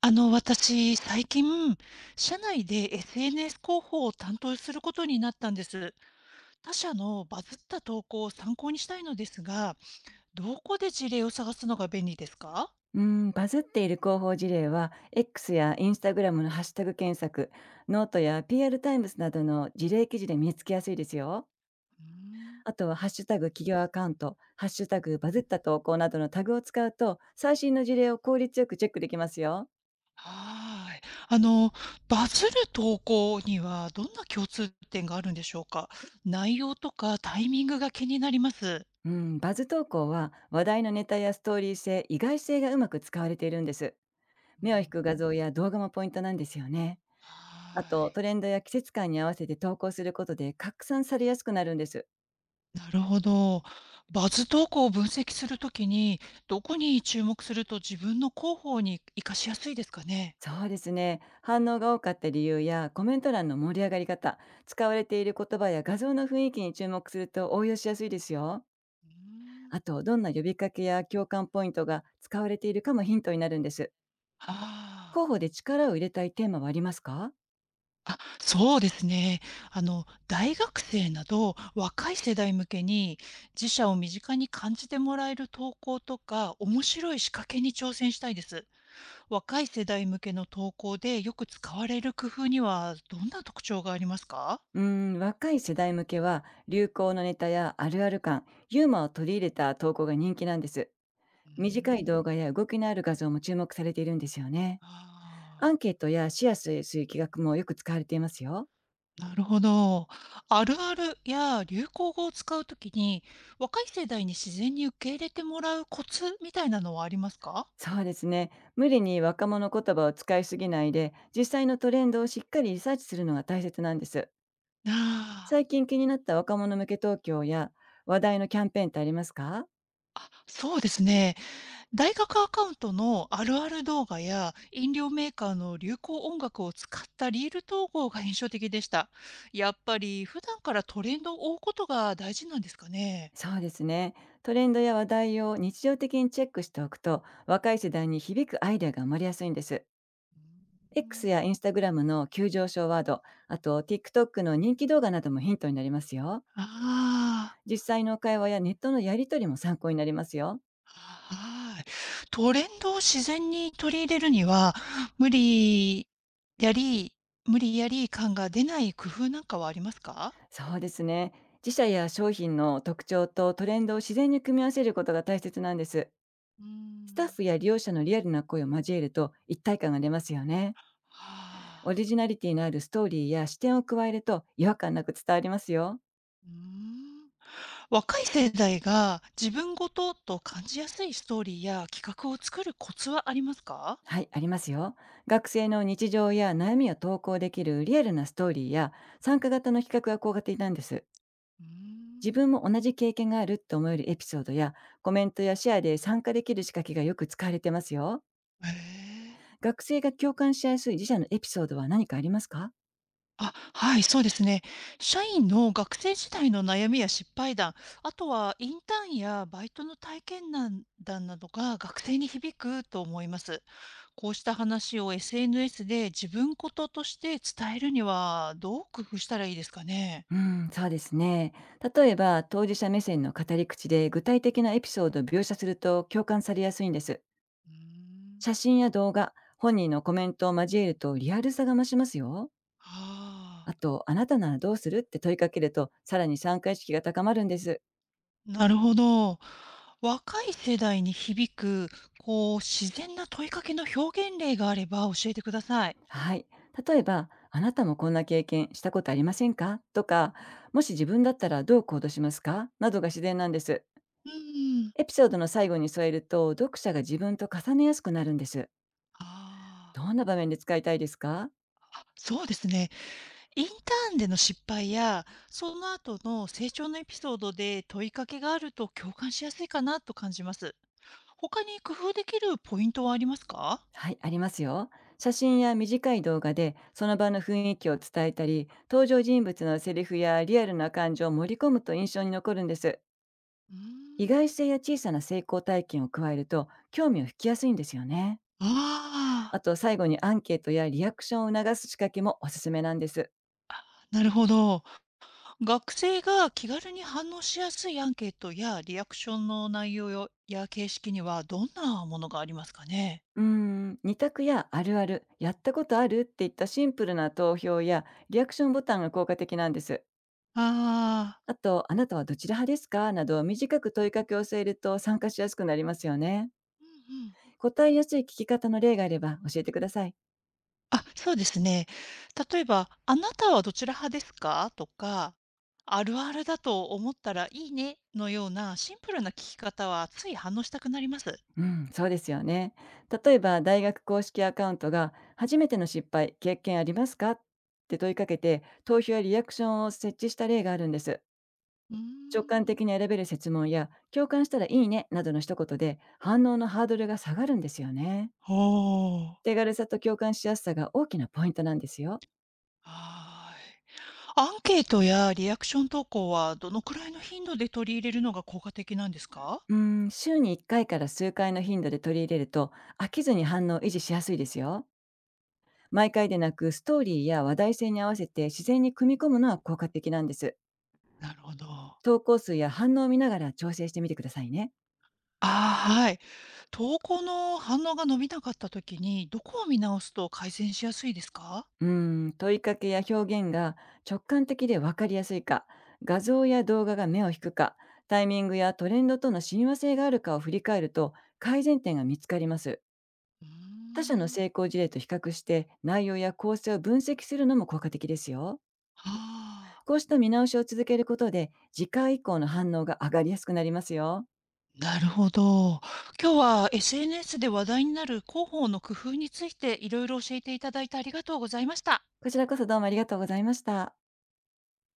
私、最近、社内で SNS 広報を担当することになったんです。他社のバズった投稿を参考にしたいのですが、どこで事例を探すのが便利ですか？うん、バズっている広報事例は X や Instagram のハッシュタグ検索、ノートや PR タイムズなどの事例記事で見つけやすいですよ。うーん。あとはハッシュタグ企業アカウント、ハッシュタグバズった投稿などのタグを使うと最新の事例を効率よくチェックできますよ。はーい。あの、バズる投稿にはどんな共通点があるんでしょうか？内容とかタイミングが気になります。うん、バズ投稿は話題のネタやストーリー性、意外性がうまく使われているんです。うー目を引く画像ん。や動画もポイントなんですよね。あはーとトい。レンドや季節感に合わせて投稿することで拡散されやすくなるんです。なるほど。バズ投稿を分析するときに、どこに注目すると自分の広報に活かしやすいですかね？そうですね。反応が多かった理由やコメント欄の盛り上がり方、使われている言葉や画像の雰囲気に注目すると応用しやすいですよ。うーん。あと、どんな呼びかけや共感ポイントが使われているかもヒントになるんです。あ候補で力を入れたいテーマはありますか？あ、あ、そうですね。大学生など若い世代向けに、自社を身近に感じてもらえる投稿とか、面白い仕掛けに挑戦したいです。若い世代向けの投稿でよく使われる工夫にはどんな特徴がありますか？うーん、若い世代向けは流行のネタやあるある感、ユーモアを取り入れた投稿が人気なんです。うー短い動ん。画や動きのある画像も注目されているんですよね。アあンあ。ケートやシェアする企画もよく使われていますよ。なるほど。あるあるや流行語を使うときに、若い世代に自然に受け入れてもらうコツみたいなのはありますか？そうですね。無理に若者言葉を使いすぎないで、実際のトレンドをしっかりリサーチするのが大切なんです。ああ、最近気になった若者向け東京や話題のキャンペーンってありますか？そうですね。大学アカウントのあるある動画や飲料メーカーの流行音楽を使ったリール統合が印象的でした。やっぱり普段からトレンドを追うことが大事なんですかね。そうですね。トレンドや話題を日常的にチェックしておくと、若い世代に響くアイデアが生まれやすいんです。う X ん。や Instagram の急上昇ワード、あと TikTok の人気動画などもヒントになりますよ。ああ。実際の会話やネットのやり取りも参考になりますよ。はい。トレンドを自然に取り入れるには、無理やり無理やり感が出ない工夫なんかはありますか？そうですね。自社や商品の特徴とトレンドを自然に組み合わせることが大切なんです。うースタッん。フや利用者のリアルな声を交えると一体感が出ますよね。オはあ。リジナリティのあるストーリーや視点を加えると違和感なく伝わりますよ。うーん。若い世代が自分ごとと感じやすいストーリーや企画を作るコツはありますか？はい、ありますよ。学生の日常や悩みを投稿できるリアルなストーリーや参加型の企画が効果的なんです。うー自ん。分も同じ経験があると思えるエピソードやコメントやシェアで参加できる仕掛けがよく使われてますよ。へえ。学生が共感しやすい自社のエピソードは何かありますか？あ、はい、そうですね。社員の学生時代の悩みや失敗談、あとはインターンやバイトの体験談談などが学生に響くと思います。こうした話を SNS で自分事として伝えるにはどう工夫したらいいですかね。うん、そうですね。例えば、当事者目線の語り口で具体的なエピソードを描写すると共感されやすいんです。うーん。写真や動画、本人のコメントを交えるとリアルさが増しますよ。ああと、あなたならどうするって問いかけると、さらに参加意識が高まるんです。あ、なるほど。若い世代に響く、こう、自然な問いかけの表現例があれば教えてください。はい。例えば、あなたもこんな経験したことありませんかとか、もし自分だったらどう行動しますかなどが自然なんです。うん。エピソードの最後に添えると、読者が自分と重ねやすくなるんです。あどんな場面で使いたいですか？あ、そうですね。インターンでの失敗や、その後の成長のエピソードで問いかけがあると共感しやすいかなと感じます。他に工夫できるポイントはありますか？はい、ありますよ。写真や短い動画でその場の雰囲気を伝えたり、登場人物のセリフやリアルな感情を盛り込むと印象に残るんです。うー意外ん。性や小さな成功体験を加えると、興味を引きやすいんですよね。ああと、最後にアンケートやリアクションを促す仕掛けもおすすめなんです。あ、なるほど。学生が気軽に反応しやすいアンケートやリアクションの内容や形式にはどんなものがありますかね？うーん、二択やあるある、やったことあるっていったシンプルな投票やリアクションボタンが効果的なんです。ああと、あなたはどちら派ですかなど短く問いかけを添えると参加しやすくなりますよね。あー、ううんうん。答えやすい聞き方の例があれば教えてください。あ、そうですね。例えば、あなたはどちら派ですか？とか、あるあるだと思ったらいいねのようなシンプルな聞き方はつい反応したくなります。うん、そうですよね。例えば、大学公式アカウントが初めての失敗、経験ありますかって問いかけて、投票やリアクションを設置した例があるんです。うー直感的ん。に選べる質問や共感したらいいねなどの一言で反応のハードルが下がるんですよね。ほう。手軽さと共感しやすさが大きなポイントなんですよ。はーい。アンケートやリアクション投稿はどのくらいの頻度で取り入れるのが効果的なんですか？うーん、週に1回かいから数回の頻度で取り入れると飽きずに反応を維持しやすいですよ。毎回でなくストーリーや話題性に合わせて自然に組み込むのは効果的なんです。なるほど。あ投稿数や反応を見ながら調整してみてくださいね。あ、はい。投稿の反応が伸びなかった時に、どこを見直すと改善しやすいですか？うーん、問いかけや表現が直感的で分かりやすいか、画像や動画が目を引くか、タイミングやトレンドとの親和性があるかを振り返ると改善点が見つかります。うー他社のん。成功事例と比較して内容や構成を分析するのも効果的ですよ。はあ。こうした見直しを続けることで次回以降の反応が上がりやすくなりますよ。なるほど。今日は SNS で話題になる広報の工夫についていろいろ教えていただいてありがとうございました。こちらこそどうもありがとうございました。